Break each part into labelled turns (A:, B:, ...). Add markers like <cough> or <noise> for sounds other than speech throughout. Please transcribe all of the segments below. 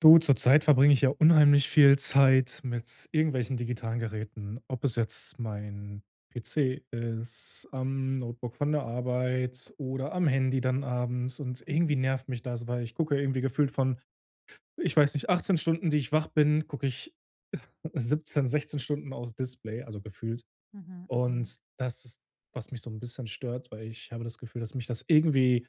A: Du, zurzeit verbringe ich ja unheimlich viel Zeit mit irgendwelchen digitalen Geräten. Ob es jetzt mein PC ist, am Notebook von der Arbeit oder am Handy dann abends. Und irgendwie
B: Mhm,
A: nervt mich das, weil ich gucke irgendwie gefühlt von, ich weiß nicht, 18 Stunden, die ich wach bin, gucke ich 17, 16 Stunden aufs Display, also gefühlt.
B: mhm, mhm.
A: Und das ist, was mich so ein bisschen stört, weil ich habe das Gefühl, dass mich das irgendwie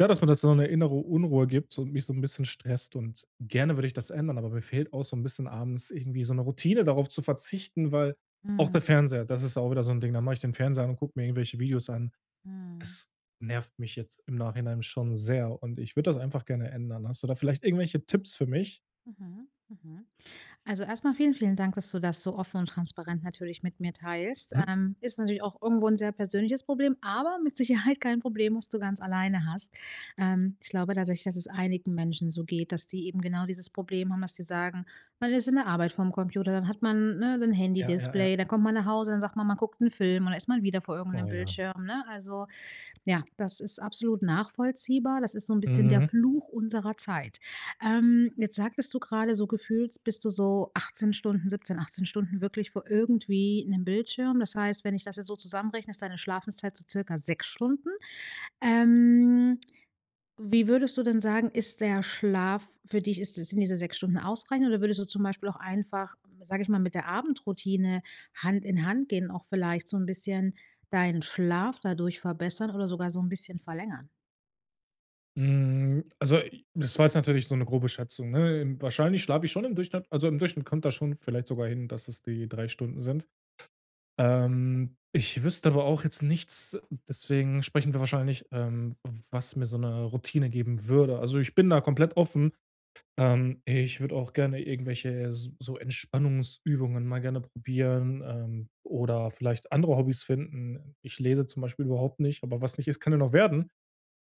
A: ja, dass mir das so eine innere Unruhe gibt und mich so ein bisschen stresst, und gerne würde ich das ändern, aber mir fehlt auch so ein bisschen abends irgendwie so eine Routine, darauf zu verzichten, weil auch der
B: Mhm,
A: Fernseher, das ist auch wieder so ein Ding, dann mache ich den Fernseher an und gucke mir irgendwelche Videos an.
B: mhm,
A: Es nervt mich jetzt im Nachhinein schon sehr und ich würde das einfach gerne ändern. Hast du da vielleicht irgendwelche Tipps für mich?
B: mhm, mhm. Also erstmal vielen, vielen Dank, dass du das so offen und transparent natürlich mit mir teilst.
A: Mhm.
B: Ist natürlich auch irgendwo ein sehr persönliches Problem, aber mit Sicherheit kein Problem, was du ganz alleine hast. Ich glaube tatsächlich, dass es einigen Menschen so geht, dass die eben genau dieses Problem haben, dass die sagen: „Man ist in der Arbeit vorm Computer, dann hat man, ne, ein
A: Ja, ja, ja.
B: Handy-Display, dann kommt man nach Hause, dann sagt man, man guckt einen Film und dann ist man wieder vor
A: Oh
B: irgendeinem
A: ja.
B: Bildschirm", ne? Also, ja, das ist absolut nachvollziehbar. Das ist so 'n bisschen der
A: Mhm.
B: Fluch unserer Zeit. Jetzt sagtest du grade, so gefühlt bist du so 18 Stunden, 17, 18 Stunden wirklich vor irgendwie 'nem Bildschirm. Das heißt, wenn ich das jetzt so zusammenrechne, ist deine Schlafenszeit so circa 6 Stunden. Ähm, wie würdest du denn sagen, ist der Schlaf für dich, ist sind diese 6 Stunden ausreichend, oder würdest du zum Beispiel auch einfach, sage ich mal, mit der Abendroutine Hand in Hand gehen, auch vielleicht so ein bisschen deinen Schlaf dadurch verbessern oder sogar so ein bisschen verlängern?
A: Hm, also, i das war jetzt natürlich so eine grobe Schätzung, ne? Wahrscheinlich schlafe ich schon im Durchschnitt, also, im Durchschnitt kommt das schon vielleicht sogar hin, dass es die 3 Stunden sind. Ich wüsste aber auch jetzt nichts, deswegen sprechen wir wahrscheinlich, was mir so eine Routine geben würde. Also, ich bin da komplett offen. Ich würde auch gerne irgendwelche s so Entspannungsübungen mal gerne probieren, oder vielleicht andere Hobbys finden. Ich lese zum Beispiel überhaupt nicht, aber was nicht ist, kann ja noch werden.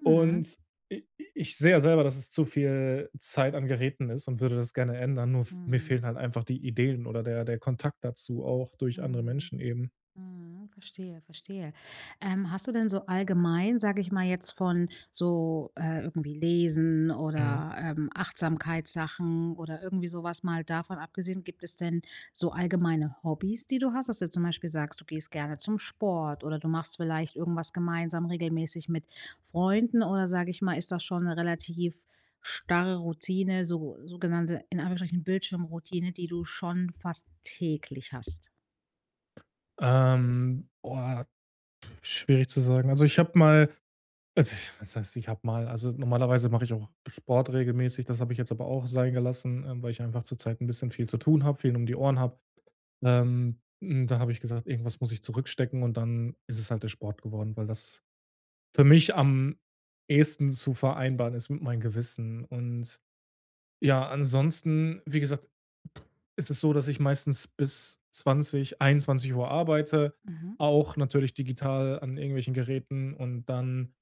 B: Mhm.
A: Und i ich sehe ja selber, dass es zu viel Zeit an Geräten ist, und würde das gerne ändern, nur f mir
B: Mhm.
A: fehlen halt einfach die Ideen oder der Kontakt dazu auch durch andere
B: Mhm.
A: Menschen eben.
B: Mhm, verstehe, verstehe. Hast du denn so allgemein, sage ich mal jetzt, von so, irgendwie Lesen
A: Mhm.
B: oder, Achtsamkeitssachen oder irgendwie sowas mal davon abgesehen, gibt es denn so allgemeine Hobbys, die du hast, dass du zum Beispiel sagst, du gehst gerne zum Sport oder du machst vielleicht irgendwas gemeinsam regelmäßig mit Freunden, oder sage ich mal, ist das schon eine relativ starre Routine, so sogenannte in Anführungsstrichen Bildschirmroutine, die du schon fast täglich hast?
A: Boah, schwierig zu sagen. Also, ich habe mal, also, <laughs> was heißt, ich habe mal, also, normalerweise mache ich auch Sport regelmäßig, das habe ich jetzt aber auch sein gelassen, weil ich einfach zurzeit ein bisschen viel zu tun habe, viel um die Ohren habe. Da habe ich gesagt: „Irgendwas muss ich zurückstecken", und dann ist es halt der Sport geworden, weil das für mich am ehesten zu vereinbaren ist mit meinem Gewissen. Und ja, ansonsten, wie gesagt, ist es so, dass ich meistens bis 20 Uhr arbeite,
B: Mhm,
A: auch natürlich digital an irgendwelchen Geräten, und dann,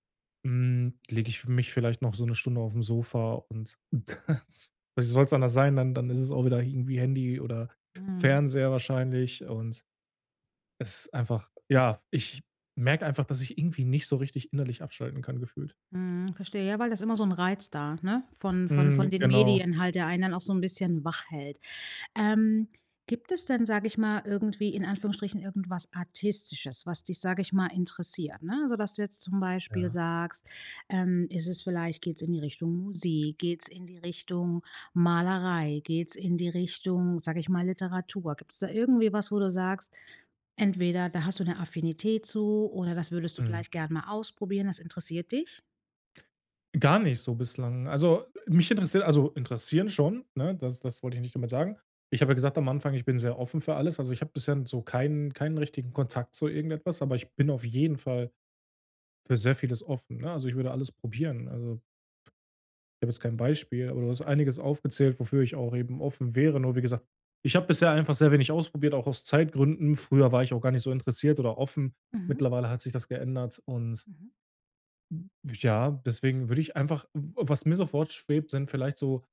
A: lege ich mich vielleicht noch so eine Stunde auf dem Sofa und <laughs> das, wie soll es anders sein, dann ist es auch wieder irgendwie Handy oder
B: mhm.
A: Fernseher wahrscheinlich, und es ist einfach, ja, ich merke einfach, dass ich irgendwie nicht so richtig innerlich abschalten kann gefühlt.
B: Mhm, verstehe. Ja, weil das immer so 'n Reiz da, ne? Von
A: Mhm,
B: den
A: genau,
B: Medien halt, der einen dann auch so 'n bisschen wach hält. Ähm, gibt es denn, sage ich mal, irgendwie in Anführungsstrichen irgendwas Artistisches, was dich, sage ich mal, interessiert, ne? Also, dass du jetzt zum Beispiel
A: ja.
B: sagst, ist es, vielleicht geht's in die Richtung Musik? Geht's in die Richtung Malerei? Geht's in die Richtung, sage ich mal, Literatur? Gibt's da irgendwie was, wo du sagst, entweder da hast du 'ne Affinität zu, oder das würdest du
A: Mhm.
B: vielleicht gern mal ausprobieren, das interessiert dich?
A: Gar nicht so bislang. Also, mich interessiert, also, interessieren schon, ne? Das wollte ich nicht damit sagen. Ich habe ja gesagt am Anfang, ich bin sehr offen für alles. Also, ich habe bisher so keinen richtigen Kontakt zu irgendetwas, aber ich bin auf jeden Fall für sehr vieles offen, ne? Also, ich würde alles probieren. Also, ich habe jetzt kein Beispiel, aber du hast einiges aufgezählt, wofür ich auch eben offen wäre. Nur wie gesagt, ich habe bisher einfach sehr wenig ausprobiert, auch aus Zeitgründen. Früher war ich auch gar nicht so interessiert oder offen.
B: Mhm,
A: Mittlerweile hat sich das geändert. Und
B: mhm,
A: ja, deswegen würde ich einfach, was mir sofort schwebt, sind vielleicht so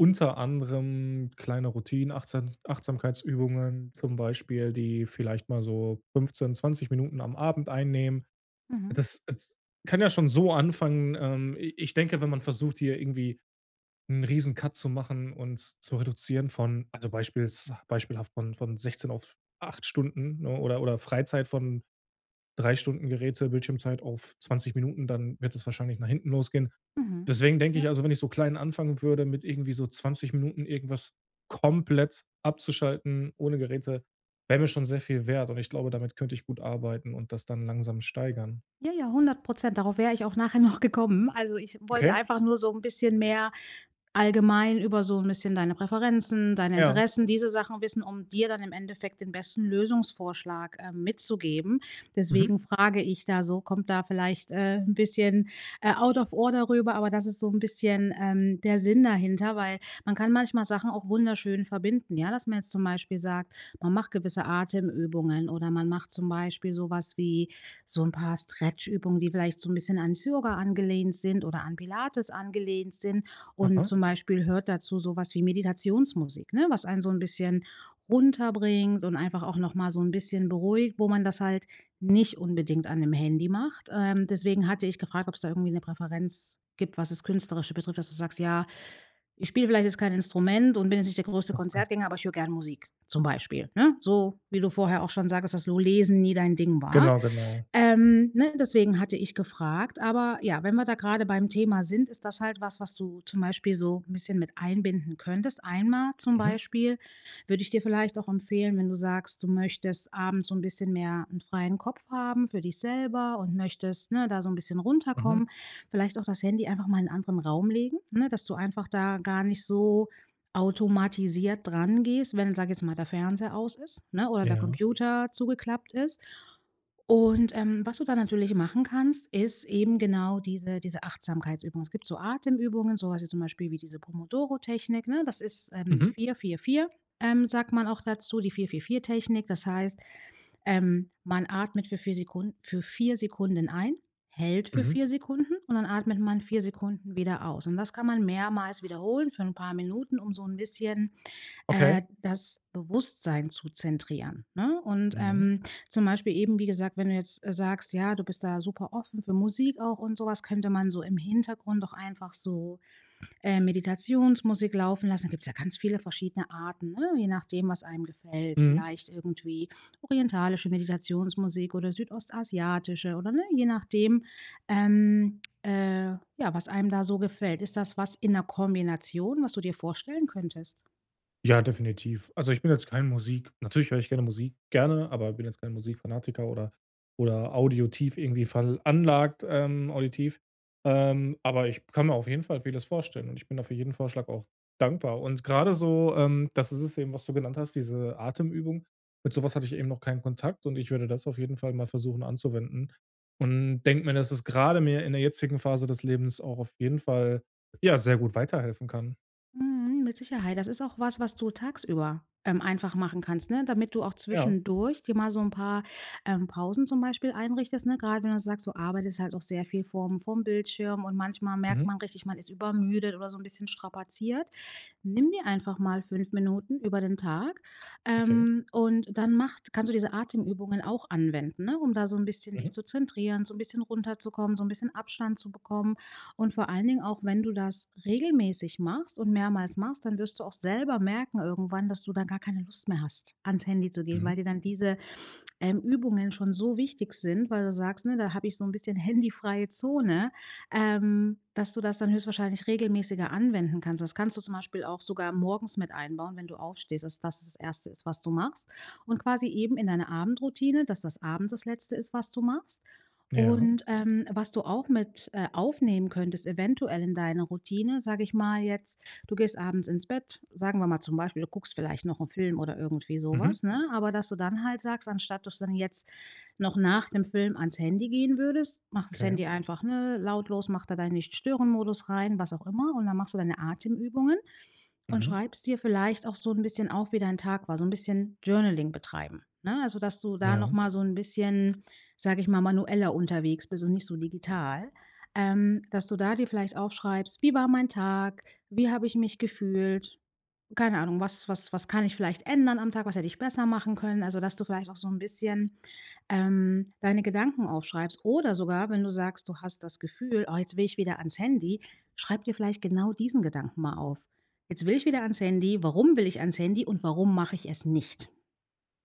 A: unter anderem kleine Routinen, Achtsamkeitsübungen zum Beispiel, die vielleicht mal so 15, 20 Minuten am Abend einnehmen.
B: mhm,
A: Das es kann ja schon so anfangen, i ich denke, wenn man versucht, hier irgendwie einen riesen Cut zu machen und zu reduzieren, von, also, beispiels beispielhaft von 16 auf 8 Stunden, ne, oder Freizeit von 3 Stunden Geräte, Bildschirmzeit auf 20 Minuten, dann wird es wahrscheinlich nach hinten losgehen.
B: mhm.
A: Deswegen denke
B: Ja.
A: ich, also, wenn ich so klein anfangen würde, mit irgendwie so 20 Minuten irgendwas komplett abzuschalten ohne Geräte, wäre mir schon sehr viel wert, und ich glaube, damit könnte ich gut arbeiten und das dann langsam steigern.
B: Ja, ja, 100%. Darauf wäre ich auch nachher <laughs> noch gekommen. Also, ich wollte
A: Okay,
B: einfach nur so ein bisschen mehr allgemein über so ein bisschen deine Präferenzen, deine
A: ja.
B: Interessen, diese Sachen wissen, um dir dann im Endeffekt den besten Lösungsvorschlag, mitzugeben.
A: Mhm.
B: Deswegen frage ich da so, kommt da vielleicht, 'n bisschen, out of order rüber, aber das ist so ein bisschen, der Sinn dahinter, weil man kann manchmal Sachen auch wunderschön verbinden, ja? Dass man jetzt zum Beispiel sagt, man macht gewisse Atemübungen, oder man macht zum Beispiel sowas wie so ein paar Stretchübungen, die vielleicht so ein bisschen ans Yoga angelehnt sind oder an Pilates angelehnt sind. Und
A: Aha.
B: zum Beispiel hört dazu sowas wie Meditationsmusik, ne, was einen so ein bisschen runterbringt und einfach auch noch mal so ein bisschen beruhigt, wo man das halt nicht unbedingt an dem Handy macht. Deswegen hatte ich gefragt, ob es da irgendwie eine Präferenz gibt, was das Künstlerische betrifft, dass du sagst: „Ja, ich spiele vielleicht jetzt kein Instrument und bin jetzt nicht der größte
A: Aha.
B: Konzertgänger, aber ich höre gern Musik", zum Beispiel, ne? So wie du vorher auch schon sagst, dass so Lesen nie dein Ding war.
A: Genau, genau.
B: Ne, deswegen hatte ich gefragt. Aber ja, wenn wir da gerade beim Thema sind, ist das halt was, was du zum Beispiel so ein bisschen mit einbinden könntest. Einmal zum
A: Mhm.
B: Beispiel würde ich dir vielleicht auch empfehlen, wenn du sagst, du möchtest abends so ein bisschen mehr einen freien Kopf haben für dich selber und möchtest, ne, da so ein bisschen
A: Mhm.
B: runterkommen, vielleicht auch das Handy einfach mal in 'n anderen Raum legen, ne, dass du einfach da gar nicht so automatisiert dran gehst, wenn, sag jetzt mal, der Fernseher aus ist, ne, oder der
A: Ja.
B: Computer zugeklappt ist. Und, was du dann natürlich machen kannst, ist eben genau diese Achtsamkeitsübung. Es gibt so Atemübungen, so was wie zum Beispiel wie diese Pomodoro-Technik, ne? Das ist,
A: Mhm.
B: vier vier, 4, sagt man auch dazu, die vier vier vier Technik. Das heißt, man atmet für 4 Sekunden ein, hält für
A: Mhm.
B: 4 Sekunden und dann atmet man 4 Sekunden wieder aus. Und das kann man mehrmals wiederholen für ein paar Minuten, um so ein bisschen
A: Okay.
B: das Bewusstsein zu zentrieren, ne? Und,
A: Mhm.
B: zum Beispiel eben, wie gesagt, wenn du jetzt, sagst, ja, du bist da super offen für Musik auch und sowas, könnte man so im Hintergrund doch einfach so, Meditationsmusik laufen lassen. Da gibt es ja ganz viele verschiedene Arten, ne, je nachdem, was einem gefällt.
A: Mhm.
B: Vielleicht irgendwie orientalische Meditationsmusik oder südostasiatische, oder, ne, je nachdem, ähm, äh, ja, was einem da so gefällt. Ist das was in der Kombination, was du dir vorstellen könntest?
A: Ja, definitiv. Also, ich bin jetzt kein Musik natürlich höre ich gerne Musik, gerne, aber bin jetzt kein Musikfanatiker oder auditiv irgendwie veranlagt, auditiv. Aber ich kann mir auf jeden Fall vieles vorstellen, und ich bin da für jeden Vorschlag auch dankbar. Und gerade so, das ist es eben, was du genannt hast, diese Atemübung. Mit sowas hatte ich eben noch keinen Kontakt, und ich würde das auf jeden Fall mal versuchen anzuwenden und denke mir, dass es gerade mir in der jetzigen Phase des Lebens auch auf jeden Fall, ja, sehr gut weiterhelfen kann.
B: Mhm, mit Sicherheit. Das ist auch was, was du tagsüber, einfach machen kannst, ne? Damit du auch
A: Ja.
B: zwischendurch dir mal so ein paar, Pausen zum Beispiel einrichtest, ne? Gerade wenn du sagst, du arbeitest halt auch sehr viel vorm Bildschirm und manchmal merkt
A: Mhm.
B: man richtig, man ist übermüdet oder so ein bisschen strapaziert. Nimm dir einfach mal 5 Minuten über den Tag,
A: Okay.
B: und dann macht kannst du diese Atemübungen auch anwenden, ne, um da so ein bisschen dich
A: Mhm.
B: zu zentrieren, so ein bisschen runterzukommen, so ein bisschen Abstand zu bekommen. Und vor allen Dingen auch, wenn du das regelmäßig machst und mehrmals machst, dann wirst du auch selber merken irgendwann, dass du dann gar keine Lust mehr hast, ans Handy zu gehen,
A: Mhm.
B: weil dir dann diese Übungen schon so wichtig sind, weil du sagst, ne, da habe ich so ein bisschen handyfreie Zone, dass du das dann höchstwahrscheinlich regelmäßiger anwenden kannst. Das kannst du zum Beispiel auch sogar morgens mit einbauen, wenn du aufstehst, dass das das erste ist, was du machst, und quasi eben in deine Abendroutine, dass das abends das Letzte ist, was du machst.
A: Ja.
B: Und, was du auch mit, aufnehmen könntest eventuell in deine Routine, sage ich mal jetzt. Du gehst abends ins Bett, sagen wir mal zum Beispiel, du guckst vielleicht noch einen Film oder irgendwie
A: Mhm.
B: sowas, ne? Aber dass du dann halt sagst, anstatt dass du dann jetzt noch nach dem Film ans Handy gehen würdest, mach das
A: Okay.
B: Handy einfach, ne, lautlos, mach da deinen Nicht-Stören-Modus rein, was auch immer, und dann machst du deine Atemübungen und
A: Mhm.
B: schreibst dir vielleicht auch so ein bisschen auf, wie dein Tag war, so ein bisschen Journaling betreiben, ne? Also, dass du da
A: Ja.
B: noch mal so ein bisschen, sage ich mal, manueller unterwegs bist und nicht so digital. Dass du da dir vielleicht aufschreibst: „Wie war mein Tag? Wie habe ich mich gefühlt?" Keine Ahnung, was kann ich vielleicht ändern am Tag? Was hätte ich besser machen können? Also, dass du vielleicht auch so ein bisschen, deine Gedanken aufschreibst, oder sogar, wenn du sagst, du hast das Gefühl: „Oh, jetzt will ich wieder ans Handy", schreib dir vielleicht genau diesen Gedanken mal auf: „Jetzt will ich wieder ans Handy. Warum will ich ans Handy und warum mache ich es nicht?"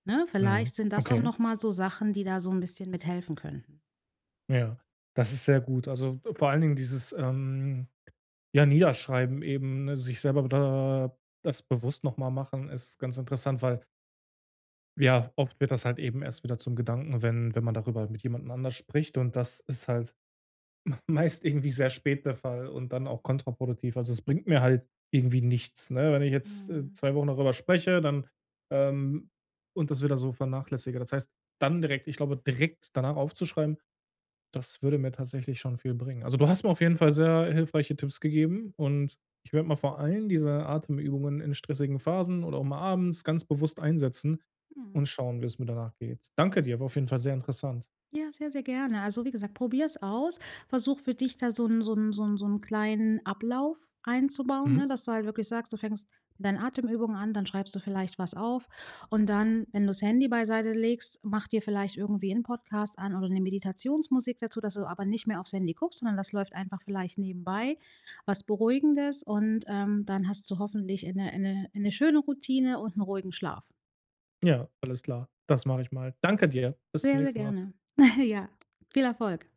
B: Ne?
A: Mhm.
B: Vielleicht sind das auch
A: Okay.
B: noch mal so Sachen, die da so ein bisschen mithelfen könnten.
A: Ja. Das ist sehr gut. Also, vor allen Dingen dieses, ja, Niederschreiben eben, ne, sich selber da das bewusst noch mal machen, ist ganz interessant, weil, ja, oft wird das halt eben erst wieder zum Gedanken, wenn man darüber mit jemandem anders spricht, und das ist halt meist irgendwie sehr spät der Fall und dann auch kontraproduktiv. Also, es bringt mir halt irgendwie nichts, ne? Wenn ich jetzt,
B: Mhm,
A: 2 Wochen darüber spreche, dann, ähm und das wieder so vernachlässige. Das heißt, dann direkt, ich glaube, direkt danach aufzuschreiben, das würde mir tatsächlich schon viel bringen. Also, du hast mir auf jeden Fall sehr hilfreiche Tipps gegeben, und ich werde mal vor allem diese Atemübungen in stressigen Phasen oder auch mal abends ganz bewusst einsetzen
B: mhm.
A: und schauen, wie es mir danach geht. Danke dir, war auf jeden Fall sehr interessant.
B: Ja, sehr, sehr gerne. Also, wie gesagt, probier's aus. Versuch für dich da so 'n kleinen Ablauf einzubauen,
A: Mhm.
B: ne, dass du halt wirklich sagst, du fängst mit deinen Atemübungen an, dann schreibst du vielleicht was auf und dann, wenn du das Handy beiseite legst, mach dir vielleicht irgendwie 'n Podcast an oder eine Meditationsmusik dazu, dass du aber nicht mehr aufs Handy guckst, sondern das läuft einfach vielleicht nebenbei, was Beruhigendes, und, dann hast du hoffentlich eine schöne Routine und einen ruhigen Schlaf.
A: Ja, alles klar. Das mache ich mal. Danke dir. Bis zum
B: Sehr, sehr
A: nächsten Mal.
B: gerne. <laughs> Ja, viel Erfolg.